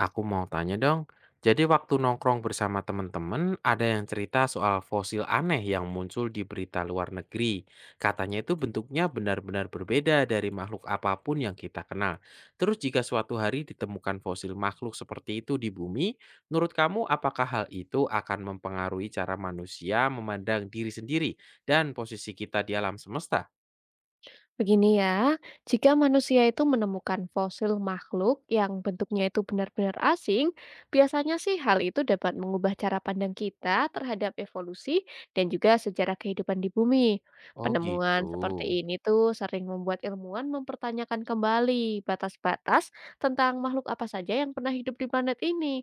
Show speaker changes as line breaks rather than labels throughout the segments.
Aku mau tanya dong, jadi waktu nongkrong bersama teman-teman, ada yang cerita soal fosil aneh yang muncul di berita luar negeri. Katanya itu bentuknya benar-benar berbeda dari makhluk apapun yang kita kenal. Terus jika suatu hari ditemukan fosil makhluk seperti itu di bumi, menurut kamu apakah hal itu akan mempengaruhi cara manusia memandang diri sendiri dan posisi kita di alam semesta?
Begini ya, jika manusia itu menemukan fosil makhluk yang bentuknya itu benar-benar asing, biasanya sih hal itu dapat mengubah cara pandang kita terhadap evolusi dan juga sejarah kehidupan di bumi.
Oh gitu.
Penemuan seperti ini tuh sering membuat ilmuwan mempertanyakan kembali batas-batas tentang makhluk apa saja yang pernah hidup di planet ini.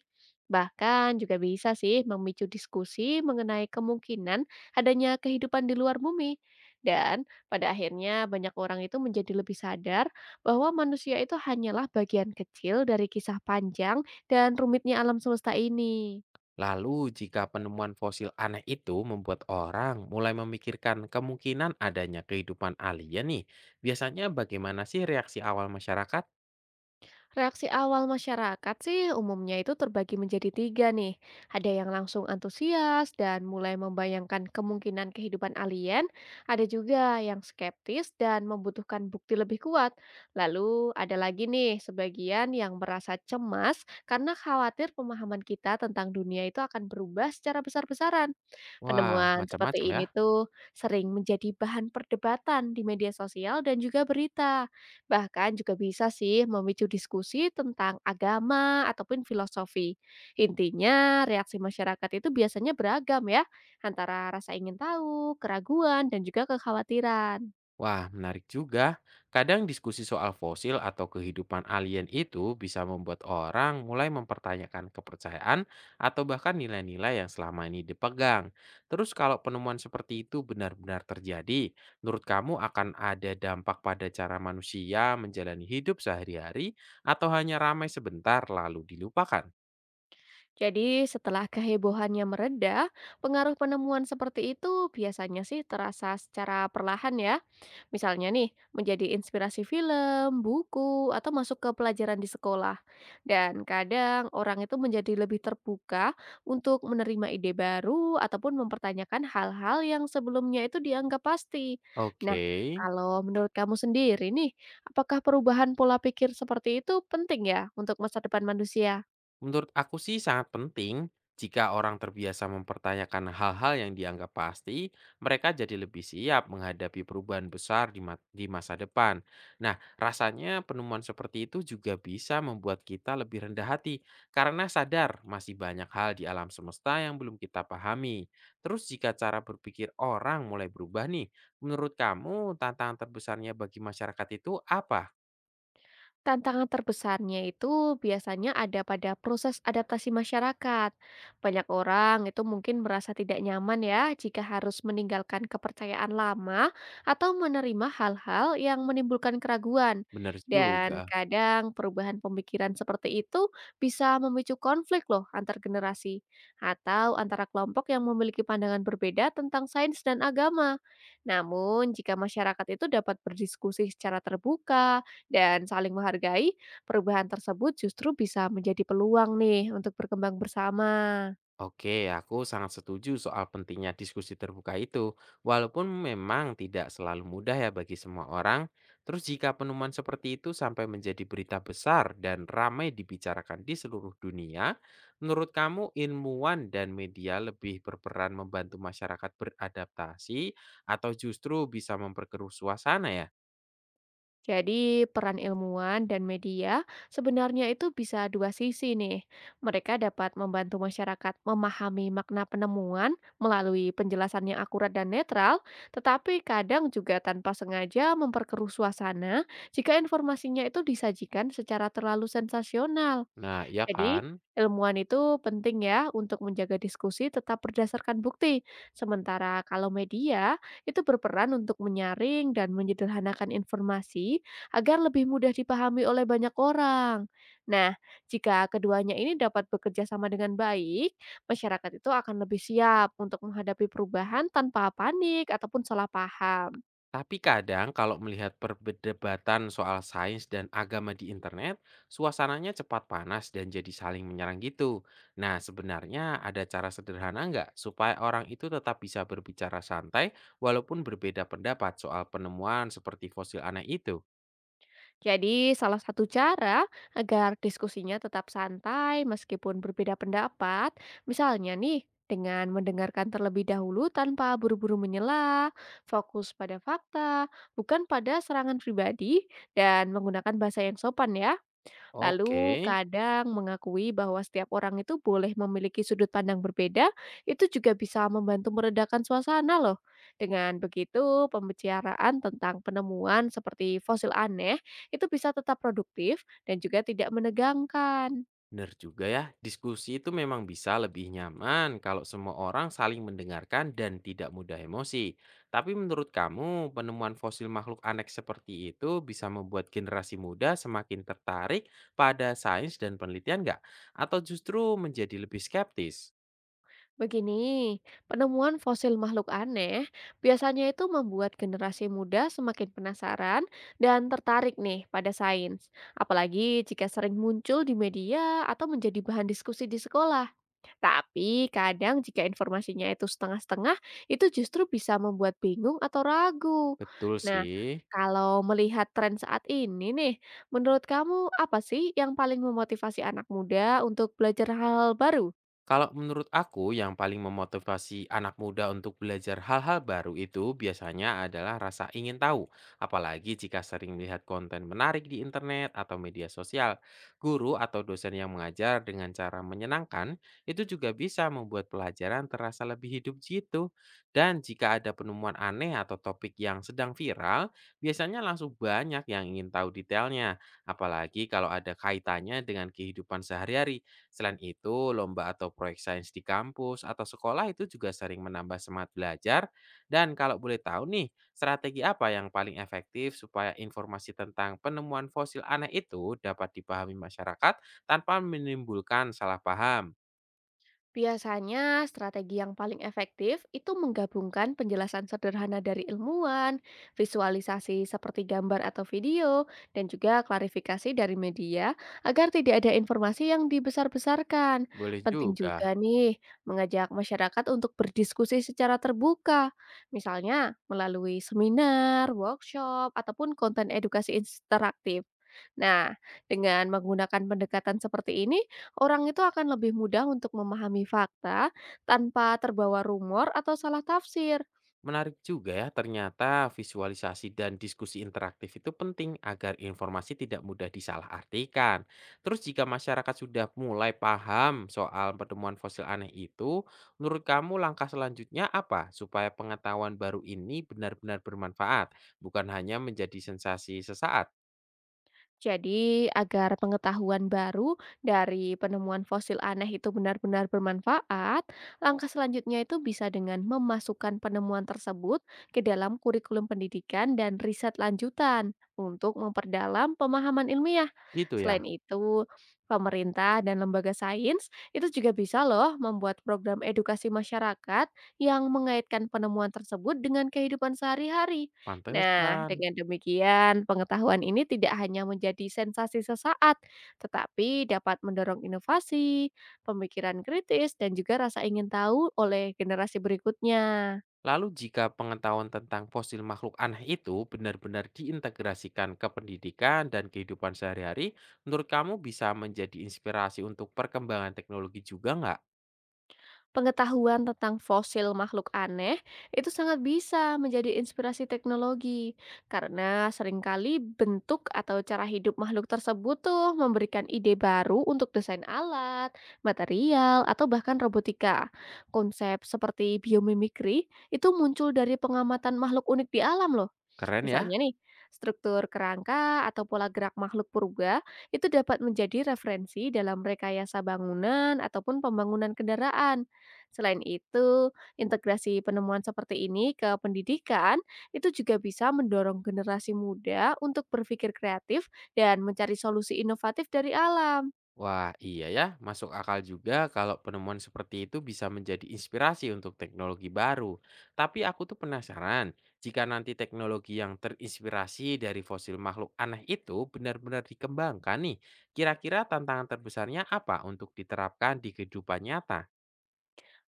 Bahkan juga bisa sih memicu diskusi mengenai kemungkinan adanya kehidupan di luar bumi. Dan pada akhirnya, banyak orang itu menjadi lebih sadar bahwa manusia itu hanyalah bagian kecil dari kisah panjang dan rumitnya alam semesta ini.
Lalu, jika penemuan fosil aneh itu membuat orang mulai memikirkan kemungkinan adanya kehidupan alien nih, biasanya bagaimana sih reaksi awal masyarakat?
Reaksi awal masyarakat sih umumnya itu terbagi menjadi tiga nih. Ada yang langsung antusias dan mulai membayangkan kemungkinan kehidupan alien, ada juga yang skeptis dan membutuhkan bukti lebih kuat. Lalu ada lagi nih sebagian yang merasa cemas karena khawatir pemahaman kita tentang dunia itu akan berubah secara besar-besaran.
Wah,
Penemuan
macam-macam
seperti
ya.
ini tuh sering menjadi bahan perdebatan di media sosial dan juga berita. Bahkan juga bisa sih memicu diskusi tentang agama ataupun filosofi. Intinya reaksi masyarakat itu biasanya beragam ya, antara rasa ingin tahu, keraguan, dan juga kekhawatiran.
Wah, menarik juga. Kadang diskusi soal fosil atau kehidupan alien itu bisa membuat orang mulai mempertanyakan kepercayaan atau bahkan nilai-nilai yang selama ini dipegang. Terus kalau penemuan seperti itu benar-benar terjadi, menurut kamu akan ada dampak pada cara manusia menjalani hidup sehari-hari atau hanya ramai sebentar lalu dilupakan?
Jadi setelah kehebohannya mereda, pengaruh penemuan seperti itu biasanya sih terasa secara perlahan ya. Misalnya nih, menjadi inspirasi film, buku, atau masuk ke pelajaran di sekolah. Dan kadang orang itu menjadi lebih terbuka untuk menerima ide baru ataupun mempertanyakan hal-hal yang sebelumnya itu dianggap pasti. Nah,
Oke.
kalau menurut kamu sendiri nih, apakah perubahan pola pikir seperti itu penting ya untuk masa depan manusia?
Menurut aku sih sangat penting jika orang terbiasa mempertanyakan hal-hal yang dianggap pasti, mereka jadi lebih siap menghadapi perubahan besar di masa depan. Nah, rasanya penemuan seperti itu juga bisa membuat kita lebih rendah hati karena sadar masih banyak hal di alam semesta yang belum kita pahami. Terus jika cara berpikir orang mulai berubah nih, menurut kamu tantangan terbesarnya bagi masyarakat itu apa?
Tantangan terbesarnya itu biasanya ada pada proses adaptasi masyarakat. Banyak orang itu mungkin merasa tidak nyaman ya jika harus meninggalkan kepercayaan lama atau menerima hal-hal yang menimbulkan keraguan.
Benar
Dan
juga.
kadang perubahan pemikiran seperti itu bisa memicu konflik loh antar generasi atau antara kelompok yang memiliki pandangan berbeda tentang sains dan agama. Namun, jika masyarakat itu dapat berdiskusi secara terbuka, dan saling menghargai, perubahan tersebut justru bisa menjadi peluang nih untuk berkembang bersama.
Oke, aku sangat setuju soal pentingnya diskusi terbuka itu. Walaupun memang tidak selalu mudah ya bagi semua orang, terus jika penemuan seperti itu sampai menjadi berita besar dan ramai dibicarakan di seluruh dunia, menurut kamu ilmuwan dan media lebih berperan membantu masyarakat beradaptasi atau justru bisa memperkeruh suasana ya?
Jadi, peran ilmuwan dan media sebenarnya itu bisa dua sisi nih. Mereka dapat membantu masyarakat memahami makna penemuan melalui penjelasan yang akurat dan netral, tetapi kadang juga tanpa sengaja memperkeruh suasana jika informasinya itu disajikan secara terlalu sensasional.
Nah, iya
Jadi,
kan?
ilmuwan itu penting ya untuk menjaga diskusi tetap berdasarkan bukti. Sementara kalau media itu berperan untuk menyaring dan menyederhanakan informasi agar lebih mudah dipahami oleh banyak orang. Nah, jika keduanya ini dapat bekerja sama dengan baik, masyarakat itu akan lebih siap untuk menghadapi perubahan tanpa panik ataupun salah paham.
Tapi kadang kalau melihat perdebatan soal sains dan agama di internet, suasananya cepat panas dan jadi saling menyerang gitu. Nah, sebenarnya ada cara sederhana nggak supaya orang itu tetap bisa berbicara santai walaupun berbeda pendapat soal penemuan seperti fosil aneh itu?
Jadi, salah satu cara agar diskusinya tetap santai meskipun berbeda pendapat, misalnya nih, dengan mendengarkan terlebih dahulu tanpa buru-buru menyela, fokus pada fakta, bukan pada serangan pribadi, dan menggunakan bahasa yang sopan ya.
Oke.
Lalu kadang mengakui bahwa setiap orang itu boleh memiliki sudut pandang berbeda, itu juga bisa membantu meredakan suasana loh. Dengan begitu, pembicaraan tentang penemuan seperti fosil aneh itu bisa tetap produktif dan juga tidak menegangkan.
Benar juga ya, diskusi itu memang bisa lebih nyaman kalau semua orang saling mendengarkan dan tidak mudah emosi. Tapi menurut kamu, penemuan fosil makhluk aneh seperti itu bisa membuat generasi muda semakin tertarik pada sains dan penelitian nggak? Atau justru menjadi lebih skeptis?
Begini, penemuan fosil makhluk aneh biasanya itu membuat generasi muda semakin penasaran dan tertarik nih pada sains, apalagi jika sering muncul di media atau menjadi bahan diskusi di sekolah. Tapi kadang jika informasinya itu setengah-setengah, itu justru bisa membuat bingung atau ragu.
Betul
Nah,
sih.
kalau melihat tren saat ini nih, menurut kamu apa sih yang paling memotivasi anak muda untuk belajar hal-hal baru?
Kalau menurut aku yang paling memotivasi anak muda untuk belajar hal-hal baru itu biasanya adalah rasa ingin tahu. Apalagi jika sering melihat konten menarik di internet atau media sosial. Guru atau dosen yang mengajar dengan cara menyenangkan itu juga bisa membuat pelajaran terasa lebih hidup gitu. Dan jika ada penemuan aneh atau topik yang sedang viral, biasanya langsung banyak yang ingin tahu detailnya. Apalagi kalau ada kaitannya dengan kehidupan sehari-hari. Selain itu, lomba atau proyek sains di kampus atau sekolah itu juga sering menambah semangat belajar. Dan kalau boleh tahu nih, strategi apa yang paling efektif supaya informasi tentang penemuan fosil aneh itu dapat dipahami masyarakat tanpa menimbulkan salah paham?
Biasanya, strategi yang paling efektif itu menggabungkan penjelasan sederhana dari ilmuwan, visualisasi seperti gambar atau video, dan juga klarifikasi dari media agar tidak ada informasi yang dibesar-besarkan.
Boleh
Penting
juga.
juga nih mengajak masyarakat untuk berdiskusi secara terbuka, misalnya melalui seminar, workshop, ataupun konten edukasi interaktif. Nah, dengan menggunakan pendekatan seperti ini, orang itu akan lebih mudah untuk memahami fakta tanpa terbawa rumor atau salah tafsir.
Menarik juga ya, ternyata visualisasi dan diskusi interaktif itu penting agar informasi tidak mudah disalahartikan. Terus jika masyarakat sudah mulai paham soal penemuan fosil aneh itu, menurut kamu langkah selanjutnya apa supaya pengetahuan baru ini benar-benar bermanfaat, bukan hanya menjadi sensasi sesaat?
Jadi, agar pengetahuan baru dari penemuan fosil aneh itu benar-benar bermanfaat, langkah selanjutnya itu bisa dengan memasukkan penemuan tersebut ke dalam kurikulum pendidikan dan riset lanjutan untuk memperdalam pemahaman ilmiah.
Gitu
Selain
ya.
itu, pemerintah dan lembaga sains itu juga bisa loh membuat program edukasi masyarakat yang mengaitkan penemuan tersebut dengan kehidupan sehari-hari. Nah,
Pantesan.
dengan demikian, pengetahuan ini tidak hanya menjadi sensasi sesaat, tetapi dapat mendorong inovasi, pemikiran kritis, dan juga rasa ingin tahu oleh generasi berikutnya.
Lalu jika pengetahuan tentang fosil makhluk aneh itu benar-benar diintegrasikan ke pendidikan dan kehidupan sehari-hari, menurut kamu bisa menjadi inspirasi untuk perkembangan teknologi juga nggak?
Pengetahuan tentang fosil makhluk aneh itu sangat bisa menjadi inspirasi teknologi karena seringkali bentuk atau cara hidup makhluk tersebut tuh memberikan ide baru untuk desain alat, material, atau bahkan robotika. Konsep seperti biomimikri itu muncul dari pengamatan makhluk unik di alam loh.
Keren
Misalnya
ya.
nih, struktur kerangka atau pola gerak makhluk purba itu dapat menjadi referensi dalam rekayasa bangunan ataupun pembangunan kendaraan. Selain itu, integrasi penemuan seperti ini ke pendidikan itu juga bisa mendorong generasi muda untuk berpikir kreatif dan mencari solusi inovatif dari alam.
Wah, iya ya, masuk akal juga kalau penemuan seperti itu bisa menjadi inspirasi untuk teknologi baru. Tapi aku tuh penasaran, jika nanti teknologi yang terinspirasi dari fosil makhluk aneh itu benar-benar dikembangkan nih, kira-kira tantangan terbesarnya apa untuk diterapkan di kehidupan nyata?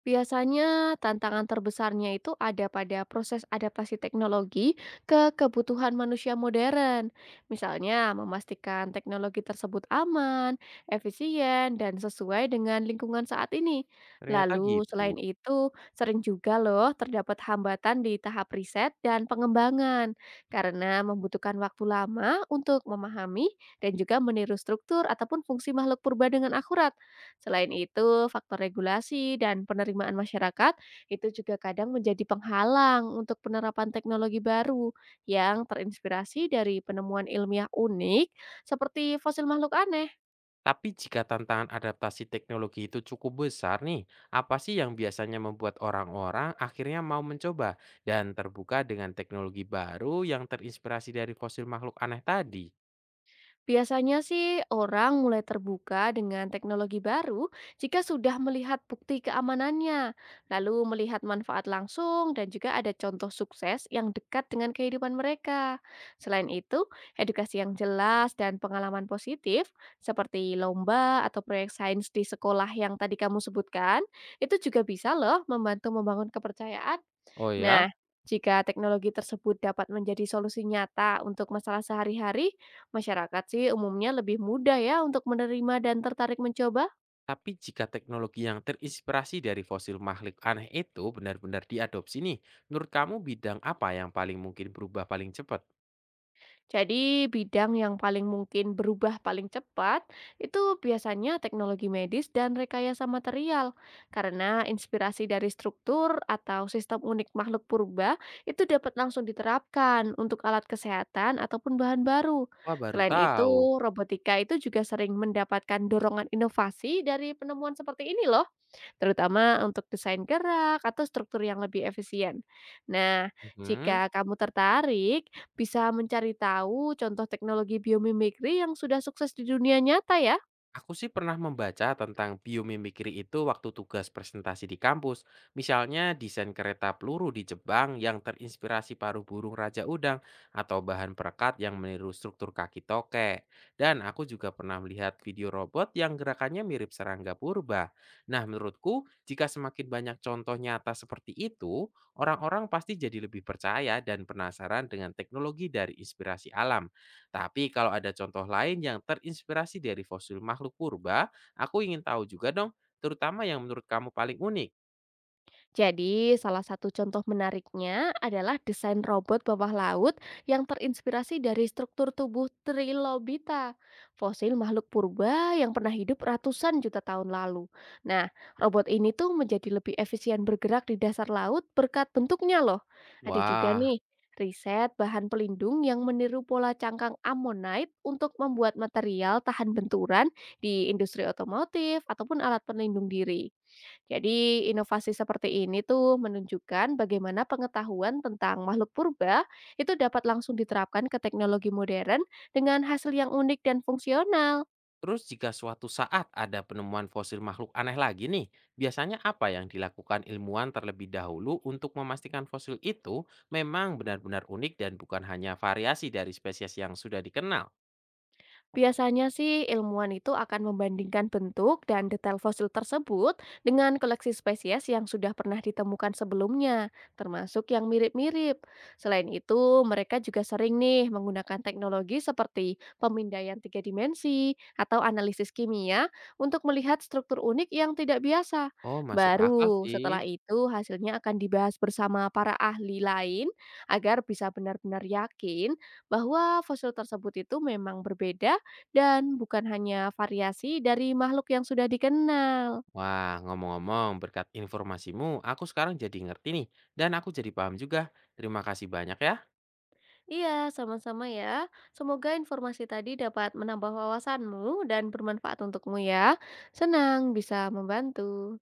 Biasanya tantangan terbesarnya itu ada pada proses adaptasi teknologi ke kebutuhan manusia modern. Misalnya memastikan teknologi tersebut aman, efisien, dan sesuai dengan lingkungan saat ini.
Ternyata
Lalu
gitu.
selain itu, sering juga loh terdapat hambatan di tahap riset dan pengembangan karena membutuhkan waktu lama untuk memahami dan juga meniru struktur ataupun fungsi makhluk purba dengan akurat. Selain itu, faktor regulasi dan penerimaan masyarakat itu juga kadang menjadi penghalang untuk penerapan teknologi baru yang terinspirasi dari penemuan ilmiah unik seperti fosil makhluk aneh.
Tapi jika tantangan adaptasi teknologi itu cukup besar nih, apa sih yang biasanya membuat orang-orang akhirnya mau mencoba dan terbuka dengan teknologi baru yang terinspirasi dari fosil makhluk aneh tadi?
Biasanya sih orang mulai terbuka dengan teknologi baru jika sudah melihat bukti keamanannya, lalu melihat manfaat langsung dan juga ada contoh sukses yang dekat dengan kehidupan mereka. Selain itu, edukasi yang jelas dan pengalaman positif seperti lomba atau proyek sains di sekolah yang tadi kamu sebutkan, itu juga bisa loh membantu membangun kepercayaan.
Oh
Nah,
ya,
jika teknologi tersebut dapat menjadi solusi nyata untuk masalah sehari-hari, masyarakat sih umumnya lebih mudah ya untuk menerima dan tertarik mencoba.
tapi jika teknologi yang terinspirasi dari fosil makhluk aneh itu benar-benar diadopsi nih, menurut kamu bidang apa yang paling mungkin berubah paling cepat?
Jadi bidang yang paling mungkin berubah paling cepat itu biasanya teknologi medis dan rekayasa material. Karena inspirasi dari struktur atau sistem unik makhluk purba itu dapat langsung diterapkan untuk alat kesehatan ataupun bahan baru.
Wah, baru
Selain itu,
tahu.
robotika itu juga sering mendapatkan dorongan inovasi dari penemuan seperti ini loh, terutama untuk desain gerak atau struktur yang lebih efisien. Nah,
Mhm.
jika kamu tertarik, bisa mencari tahu contoh teknologi biomimikri yang sudah sukses di dunia nyata ya.
Aku sih pernah membaca tentang biomimikri itu waktu tugas presentasi di kampus. Misalnya desain kereta peluru di Jepang yang terinspirasi paruh burung raja udang atau bahan perekat yang meniru struktur kaki tokek. Dan aku juga pernah melihat video robot yang gerakannya mirip serangga purba. Nah, menurutku jika semakin banyak contoh nyata seperti itu, orang-orang pasti jadi lebih percaya dan penasaran dengan teknologi dari inspirasi alam. Tapi kalau ada contoh lain yang terinspirasi dari fosil makhluk purba, aku ingin tahu juga dong, terutama yang menurut kamu paling unik.
Jadi, salah satu contoh menariknya adalah desain robot bawah laut yang terinspirasi dari struktur tubuh Trilobita, fosil makhluk purba yang pernah hidup ratusan juta tahun lalu. Nah, robot ini tuh menjadi lebih efisien bergerak di dasar laut berkat bentuknya loh. Ada juga
Wah,
nih riset bahan pelindung yang meniru pola cangkang ammonite untuk membuat material tahan benturan di industri otomotif ataupun alat pelindung diri. Jadi, inovasi seperti ini tuh menunjukkan bagaimana pengetahuan tentang makhluk purba itu dapat langsung diterapkan ke teknologi modern dengan hasil yang unik dan fungsional.
terus jika suatu saat ada penemuan fosil makhluk aneh lagi nih, biasanya apa yang dilakukan ilmuwan terlebih dahulu untuk memastikan fosil itu memang benar-benar unik dan bukan hanya variasi dari spesies yang sudah dikenal?
Biasanya sih ilmuwan itu akan membandingkan bentuk dan detail fosil tersebut dengan koleksi spesies yang sudah pernah ditemukan sebelumnya, termasuk yang mirip-mirip. Selain itu, mereka juga sering nih menggunakan teknologi seperti pemindaian tiga dimensi atau analisis kimia untuk melihat struktur unik yang tidak biasa.
Oh, masuk akal
Baru setelah
sih.
itu hasilnya akan dibahas bersama para ahli lain agar bisa benar-benar yakin bahwa fosil tersebut itu memang berbeda dan bukan hanya variasi dari makhluk yang sudah dikenal.
Wah, ngomong-ngomong, berkat informasimu, aku sekarang jadi ngerti nih, dan aku jadi paham juga. Terima kasih banyak ya.
Iya, sama-sama ya. Semoga informasi tadi dapat menambah wawasanmu dan bermanfaat untukmu ya. Senang bisa membantu.